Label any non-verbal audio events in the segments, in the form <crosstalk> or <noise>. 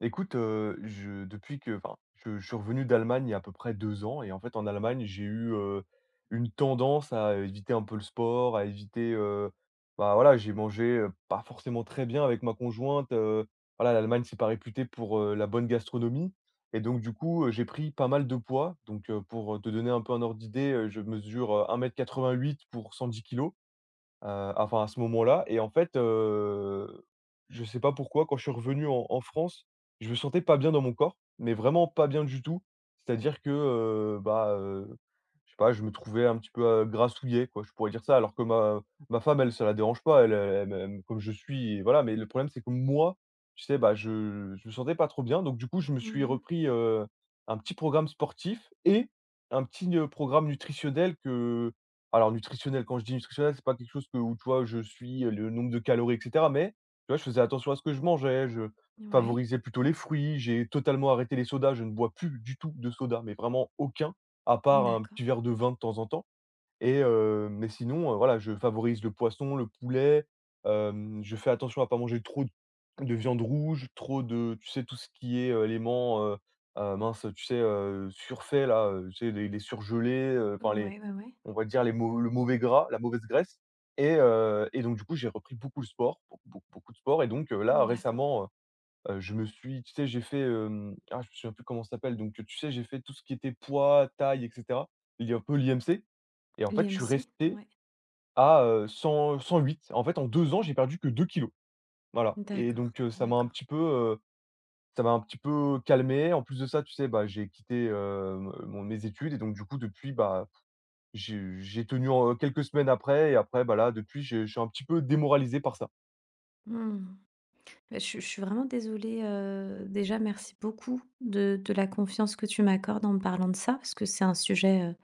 Écoute, je depuis que enfin, je suis revenu d'Allemagne il y a à peu près 2 ans. Et en fait, en Allemagne, j'ai eu, une tendance à éviter un peu le sport, à éviter, bah, voilà, j'ai mangé, pas forcément très bien avec ma conjointe, voilà, l'Allemagne, c'est pas réputé pour, la bonne gastronomie. Et donc du coup, j'ai pris pas mal de poids. Donc, pour te donner un peu un ordre d'idée, je mesure, 1 m 88 pour 110 kilos. Enfin, à ce moment-là. Et en fait, je sais pas pourquoi, quand je suis revenu en France, je me sentais pas bien dans mon corps, mais vraiment pas bien du tout. C'est-à-dire que, je sais pas, je me trouvais un petit peu, grassouillet quoi, je pourrais dire ça. Alors que ma femme, elle, ça la dérange pas, elle, elle m'aime comme je suis et voilà. Mais le problème c'est que moi, tu sais, bah, je me sentais pas trop bien. Donc du coup je me Mmh suis mh. repris, un petit programme sportif et un petit, programme nutritionnel. Que alors nutritionnel, quand je dis nutritionnel, c'est pas quelque chose que où, tu vois, je suis, le nombre de calories et cetera, mais, tu vois, je faisais attention à ce que je mangeais, je Ouais, favorisais plutôt les fruits, j'ai totalement arrêté les sodas, je ne bois plus du tout de soda, mais vraiment aucun, à part un d'accord. petit verre de vin de temps en temps. Et mais sinon, voilà, je favorise le poisson, le poulet, je fais attention à pas manger trop d de viande rouge, trop de, tu sais, tout ce qui est, éléments, mince, tu sais, surfaits là, tu sais, les surgelés, enfin les Ouais, ouais, ouais. on va dire les mau le mauvais gras, la mauvaise graisse. Et donc du coup, j'ai repris beaucoup le sport, beaucoup, beaucoup, beaucoup de sport. Et donc, là D'accord. récemment, je me suis tu sais, j'ai fait, ah, je me souviens plus comment ça s'appelle. Donc, tu sais, j'ai fait tout ce qui était poids, taille et cetera, il y a un peu l'IMC. Et en fait, je suis L'IMC? resté Ouais. à, 100 108. En fait, en 2 ans, j'ai perdu que 2 kilos. Voilà. Et donc, D'accord, ça m'a un d'accord. petit peu, calmé. En plus de ça, tu sais, bah, j'ai quitté, mon mes études. Et donc du coup, depuis, bah, j'ai tenu en quelques semaines après. Et après, bah, là, depuis, je suis un petit peu démoralisé par ça. Mmh. Bah, je suis vraiment désolée, déjà merci beaucoup de la confiance que tu m'accordes en me parlant de ça, parce que c'est un sujet,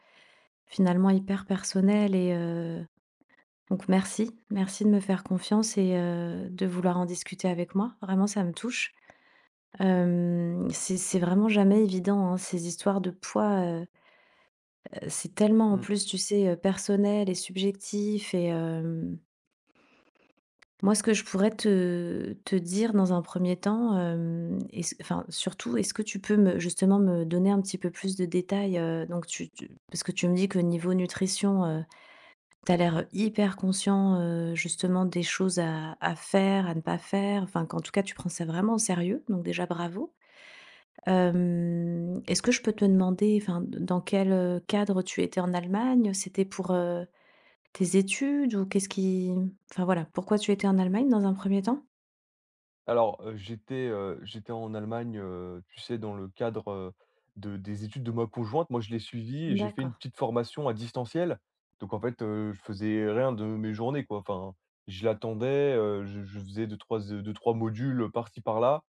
finalement hyper personnel et donc merci. Merci de me faire confiance et de vouloir en discuter avec moi. Vraiment, ça me touche. Hem, c'est vraiment jamais évident, hein, ces histoires de poids, c'est tellement en Mmh. plus, tu sais, personnel et subjectif et moi ce que je pourrais te dire dans un premier temps, est-ce enfin surtout, est-ce que tu peux me justement me donner un petit peu plus de détails, donc tu parce que tu me dis que niveau nutrition, tu as l'air hyper conscient, justement des choses à faire, à ne pas faire, enfin qu'en tout cas tu prends ça vraiment au sérieux, donc déjà bravo. Hem, est-ce que je peux te demander enfin dans quel, cadre tu étais en Allemagne? C'était pour, euh, tes études ou qu'est-ce qui enfin voilà, pourquoi tu étais en Allemagne dans un premier temps? Alors, j'étais en Allemagne, tu sais, dans le cadre, de des études de ma conjointe. Moi, je l'ai suivie et j'ai fait une D'accord. petite formation à distanciel. Donc en fait, je faisais rien de mes journées, quoi. Enfin, je l'attendais, je faisais deux trois 2-3 modules par-ci par-là.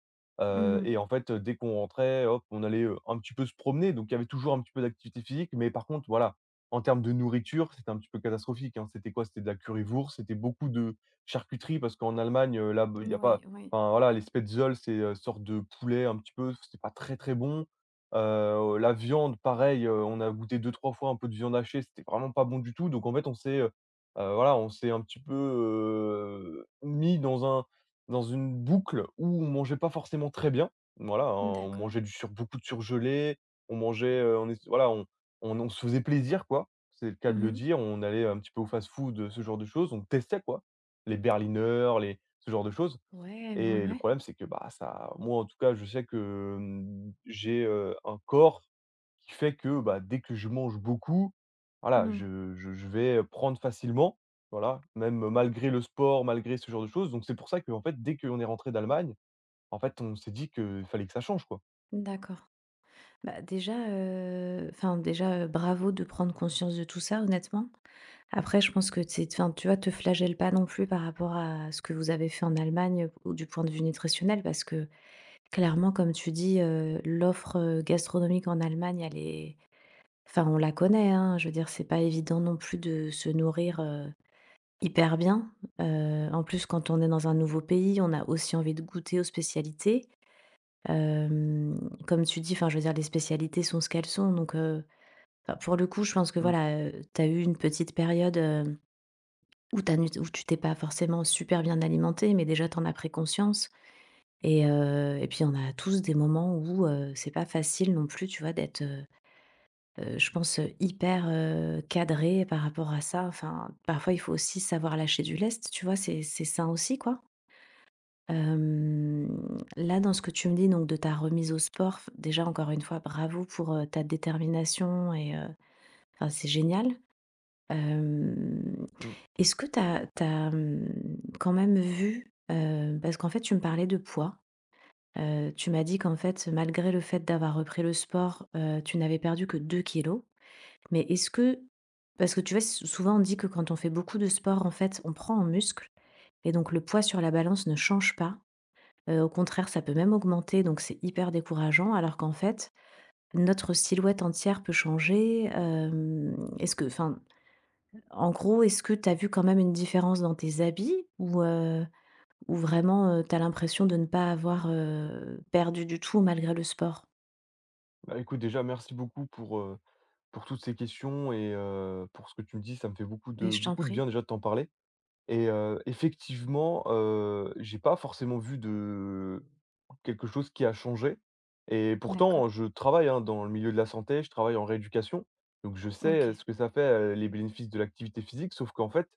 Mmh heu mh. et en fait, dès qu'on rentrait, hop, on allait, un petit peu se promener. Donc il y avait toujours un petit peu d'activité physique, mais par contre, voilà, en termes de nourriture, c'était un petit peu catastrophique, hein. C'était quoi? C'était de la currywurst, c'était beaucoup de charcuterie, parce qu'en Allemagne, là il y a Oui, pas. oui. Enfin voilà, les spetzels, c'est, sorte de poulet un petit peu, c'est pas très, très bon. La viande, pareil, on a goûté deux trois fois un peu de viande hachée, c'était vraiment pas bon du tout. Donc en fait, voilà, on s'est un petit peu, mis dans une boucle où on mangeait pas forcément très bien. Voilà, hein, on D'accord. mangeait du sur beaucoup de surgelé, on mangeait, on est voilà, on se faisait plaisir, quoi. C'est le cas de le Mmh. dire. On allait un petit peu au fast-food, ce genre de choses. On testait, quoi. Les berliners, les ce genre de choses. Ouais, ouais, Et le ouais. problème, c'est que, bah, ça moi, en tout cas, je sais que, mmh, j'ai, un corps qui fait que, bah, dès que je mange beaucoup, voilà, Mmh. je vais prendre facilement, voilà, même malgré le sport, malgré ce genre de choses. Donc c'est pour ça que, en fait, dès qu'on est rentré d'Allemagne, en fait, on s'est dit qu'il fallait que ça change, quoi. D'accord. Bah, déjà, enfin déjà, bravo de prendre conscience de tout ça honnêtement. Après je pense que c'est es enfin tu vois, te flagelle pas non plus par rapport à ce que vous avez fait en Allemagne, ou du point de vue nutritionnel parce que clairement comme tu dis, l'offre, gastronomique en Allemagne elle est enfin, on la connaît, hein, je veux dire, c'est pas évident non plus de se nourrir, hyper bien. En plus, quand on est dans un nouveau pays, on a aussi envie de goûter aux spécialités. Hem, comme tu dis, enfin, je veux dire, les spécialités sont ce qu'elles sont, donc enfin, pour le coup, je pense que, Mmh, voilà, tu as eu une petite période, où tu t'es pas forcément super bien alimenté, mais déjà, tu en as pris conscience et puis on a tous des moments où, c'est pas facile non plus, tu vois, d'être, je pense, hyper, cadré par rapport à ça. Enfin, parfois, il faut aussi savoir lâcher du lest, tu vois? C'est sain aussi, quoi. Hem, là, dans ce que tu me dis, donc de ta remise au sport, f déjà, encore une fois, bravo pour, ta détermination et enfin, c'est génial. Hem, mmh. est-ce que tu as mmh, quand même vu, parce qu'en fait, tu me parlais de poids. Tu m'as dit qu'en fait, malgré le fait d'avoir repris le sport, tu n'avais perdu que 2 kilos. Mais est-ce que parce que tu vois, souvent on dit que quand on fait beaucoup de sport, en fait, on prend en muscle et donc le poids sur la balance ne change pas. Au contraire, ça peut même augmenter, donc c'est hyper décourageant, alors qu'en fait, notre silhouette entière peut changer, est-ce que enfin, en gros, est-ce que tu as vu quand même une différence dans tes habits ou vraiment, tu as l'impression de ne pas avoir, perdu du tout malgré le sport? Bah, écoute, déjà, merci beaucoup pour toutes ces questions et pour ce que tu me dis. Ça me fait Mais je t'en beaucoup de bien, prie. déjà, de t'en parler. Et effectivement, j'ai pas forcément vu de quelque chose qui a changé. Et pourtant D'accord. je travaille, hein, dans le milieu de la santé, je travaille en rééducation. Donc je sais, OK. ce que ça fait, les bénéfices de l'activité physique. Sauf qu'en fait,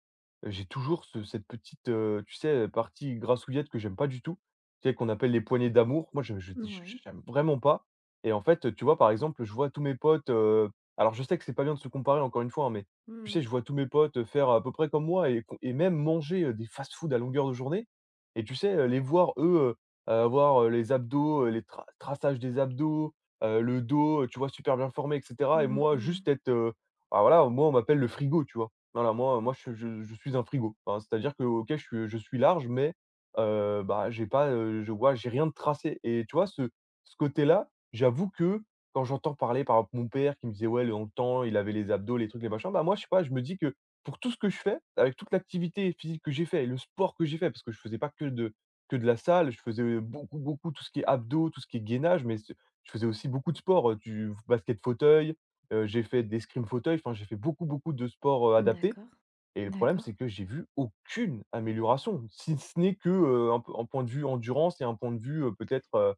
j'ai toujours ce cette petite, tu sais, partie grassouillette que j'aime pas du tout, tu sais, qu'on appelle les poignées d'amour. Moi, je dis Ouais. j'aime vraiment pas. Et en fait, tu vois, par exemple, je vois tous mes potes, alors je sais que c'est pas bien de se comparer encore une fois, hein, mais tu Mmh. sais, je vois tous mes potes faire à peu près comme moi et con et même manger, des fast-food à longueur de journée. Et tu sais, les voir eux, avoir, les abdos, les tra traçages des abdos, le dos, tu vois, super bien formé et cetera, Mmh et mh, moi mmh. juste être, bah, voilà, moi on m'appelle le frigo, tu vois? Voilà, moi je suis un frigo. Enfin, c'est-à-dire que, OK, je suis large. Mais bah, j'ai pas, je vois j'ai rien de tracé. Et tu vois, ce côté-là, j'avoue que, quand j'entends parler, par exemple, mon père qui me disait: «Ouais, le dans le temps, il avait les abdos, les trucs, les machins», bah, moi, je sais pas, je me dis que pour tout ce que je fais, avec toute l'activité physique que j'ai fait et le sport que j'ai fait, parce que je faisais pas que de la salle, je faisais beaucoup, beaucoup tout ce qui est abdos, tout ce qui est gainage. Mais ce je faisais aussi beaucoup de sport, du basket fauteuil, j'ai fait des scrims fauteuil, enfin, j'ai fait beaucoup, beaucoup de sports, adaptés. D'accord, Et le problème, d'accord. c'est que j'ai vu aucune amélioration, si ce n'est que, un point de vue endurance et un point de vue, peut-être,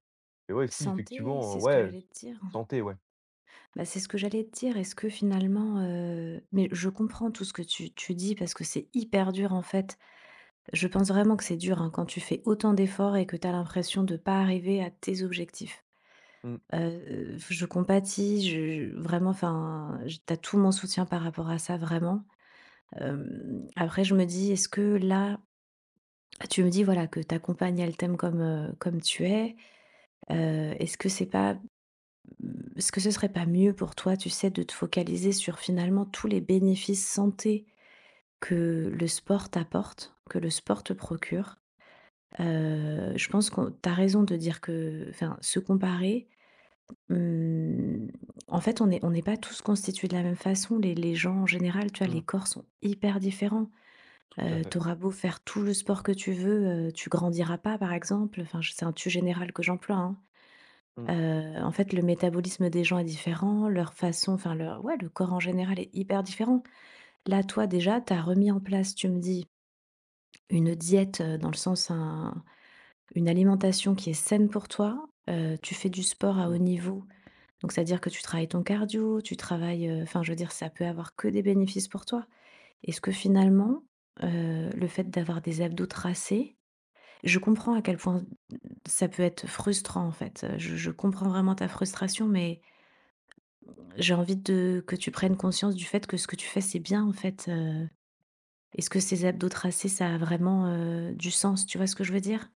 et ouais, si Santé, effectivement, c'est ce que ouais, j'allais te dire. santé, ouais. Bah, c'est ce que j'allais te dire. Est-ce que finalement, mais je comprends tout ce que tu dis parce que c'est hyper dur en fait. Je pense vraiment que c'est dur hein, quand tu fais autant d'efforts et que tu as l'impression de pas arriver à tes objectifs. Mmh, Je compatis, vraiment, enfin, t'as tout mon soutien par rapport à ça, vraiment. Après, je me dis, est-ce que là, tu me dis voilà que ta compagne elle t'aime comme comme tu es. Est-ce que c'est pas Mmh, est-ce que ce serait pas mieux pour toi, tu sais, de te focaliser sur finalement tous les bénéfices santé que le sport t'apporte, que le sport te procure? Je pense qu'on tu as raison de dire que enfin, se comparer, mmh, en fait, on n'est pas tous constitués de la même façon. Les gens en général, tu vois, les mmh, corps sont hyper différents. tout à fait. Tu beau faire tout le sport que tu veux, tu grandiras pas, par exemple. Enfin, je c'est un tu général que j'emploie, hein. Mmh, En fait, le métabolisme des gens est différent, leur façon enfin leur ouais, le corps en général est hyper différent. Là, toi, déjà, tu as remis en place, tu me dis, une diète, dans le sens un une alimentation qui est saine pour toi. Tu fais du sport à haut mmh. niveau, donc c'est à dire que tu travailles ton cardio, tu travailles, enfin, je veux dire, ça peut avoir que des bénéfices pour toi. Est-ce que finalement, le fait d'avoir des abdos tracés je comprends à quel point ça peut être frustrant, en fait, je comprends vraiment ta frustration, mais j'ai envie de que tu prennes conscience du fait que ce que tu fais, c'est bien, en fait, est-ce que ces abdos tracés, ça a vraiment, du sens? Tu vois ce que je veux dire?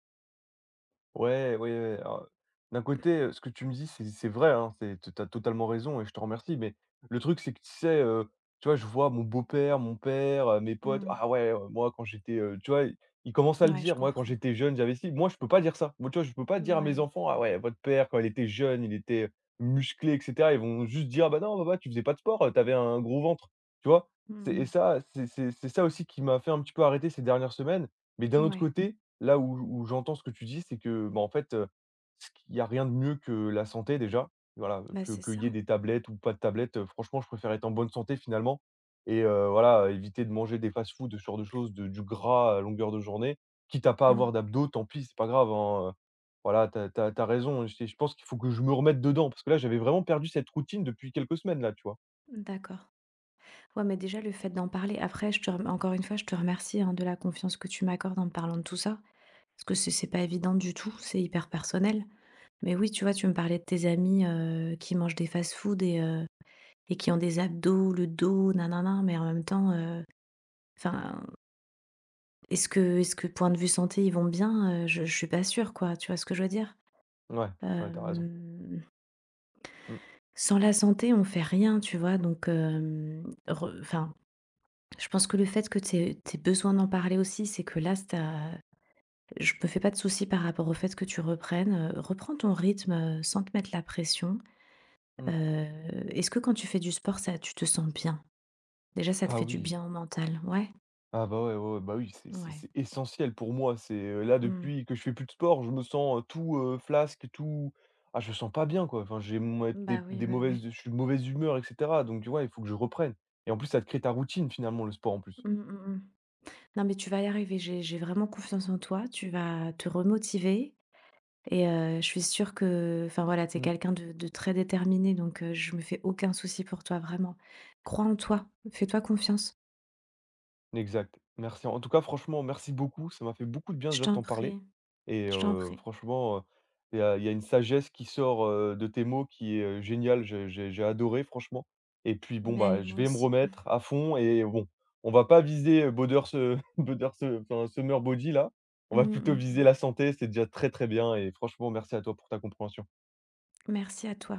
Ouais, ouais, oui. Alors, d'un côté, ce que tu me dis, c'est vrai, hein, c'est tu as totalement raison et je te remercie. Mais le truc, c'est que, tu sais, tu vois, je vois mon beau-père, mon père, mes potes: Mmh. «Ah ouais, moi, quand j'étais», tu vois? Ils commencent à le Ouais, je dire: «Moi, quand comprends. j'étais jeune, j'avais si. Moi, je peux pas dire ça. Moi, tu vois, je peux pas dire à mes Ouais. enfants: 'Ah ouais, votre père, quand il était jeune, il était musclé et cetera'. Ils vont juste dire: 'Ah bah non, papa, tu faisais pas de sport, tu un gros ventre'.» Tu vois? C'est Mmh. et ça, c'est ça aussi qui m'a fait un petit peu arrêter ces dernières semaines. Mais d'un autre, mmh, Ouais. côté, là où j'entends ce que tu dis, c'est que, bah, en fait, ce qu'il y a rien de mieux que la santé déjà, voilà, Bah, que c'est ça. qu'il y ait des tablettes ou pas de tablettes. Franchement, je préfère être en bonne santé finalement. Et voilà, éviter de manger des fast-food, ce genre de choses, de du gras à longueur de journée. Quitte à pas avoir Mmh. d'abdos, tant pis, c'est pas grave, hein, voilà, t'as t'as tu raison, je pense qu'il faut que je me remette dedans, parce que là, j'avais vraiment perdu cette routine depuis quelques semaines là, tu vois? D'accord. Ouais, mais déjà le fait d'en parler après je te rem encore une fois, je te remercie, hein, de la confiance que tu m'accordes en me parlant de tout ça, parce que c'est pas évident du tout, c'est hyper personnel. Mais oui, tu vois, tu me parlais de tes amis, qui mangent des fast-food et qui ont des abdos, le dos, nanana. Mais en même temps, enfin, est-ce que point de vue santé, ils vont bien? Je suis pas sûre quoi, tu vois ce que je veux dire? Ouais, ouais, tu raison. Hem, Mmh sans la santé, on fait rien, tu vois? Donc hem, je pense que le fait que tu aies besoin d'en parler aussi, c'est que là, c tu je me fais pas de soucis par rapport au fait que tu reprennes, reprends ton rythme, sans te mettre la pression. mh. Heu, est-ce que quand tu fais du sport, ça tu te sens bien? Déjà, ça te Bah fait du oui. bien au mental? Ouais? Ah bah, ouais, ouais, ouais, bah, oui, Ouais. c'est essentiel pour moi. C'est, là, Mmh. depuis que je fais plus de sport, je me sens, tout, flasque, tout ah, je me sens pas bien, quoi. Enfin, j'ai mauv Bah oui, des oui, mauvaises oui. je suis de mauvaise humeur et cetera, donc tu vois il faut que je reprenne. Et en plus, ça te crée ta routine, finalement, le sport, en plus. Mmh, mmh mh. Non, mais tu vas y arriver. J'ai vraiment confiance en toi. Tu vas te remotiver. Et je suis sûre que, enfin voilà, tu es Mmh. quelqu'un de très déterminé. Donc, je me fais aucun souci pour toi, vraiment. Crois en toi. Fais-toi confiance. Exact. Merci. En tout cas, franchement, merci beaucoup. Ça m'a fait beaucoup de bien Je déjà de t'en t'en parler. prie. Et Je t'en prie. franchement, il y a y a une sagesse qui sort, de tes mots qui est, géniale. J'ai adoré franchement. Et puis bon, Mais bah, je moi vais me aussi. remettre à fond et bon, on va pas viser, Body se <laughs> enfin, Summer Body là. Mm, On va plutôt mm, viser mm. la santé, c'est déjà très, très bien, et franchement merci à toi pour ta compréhension. Merci à toi.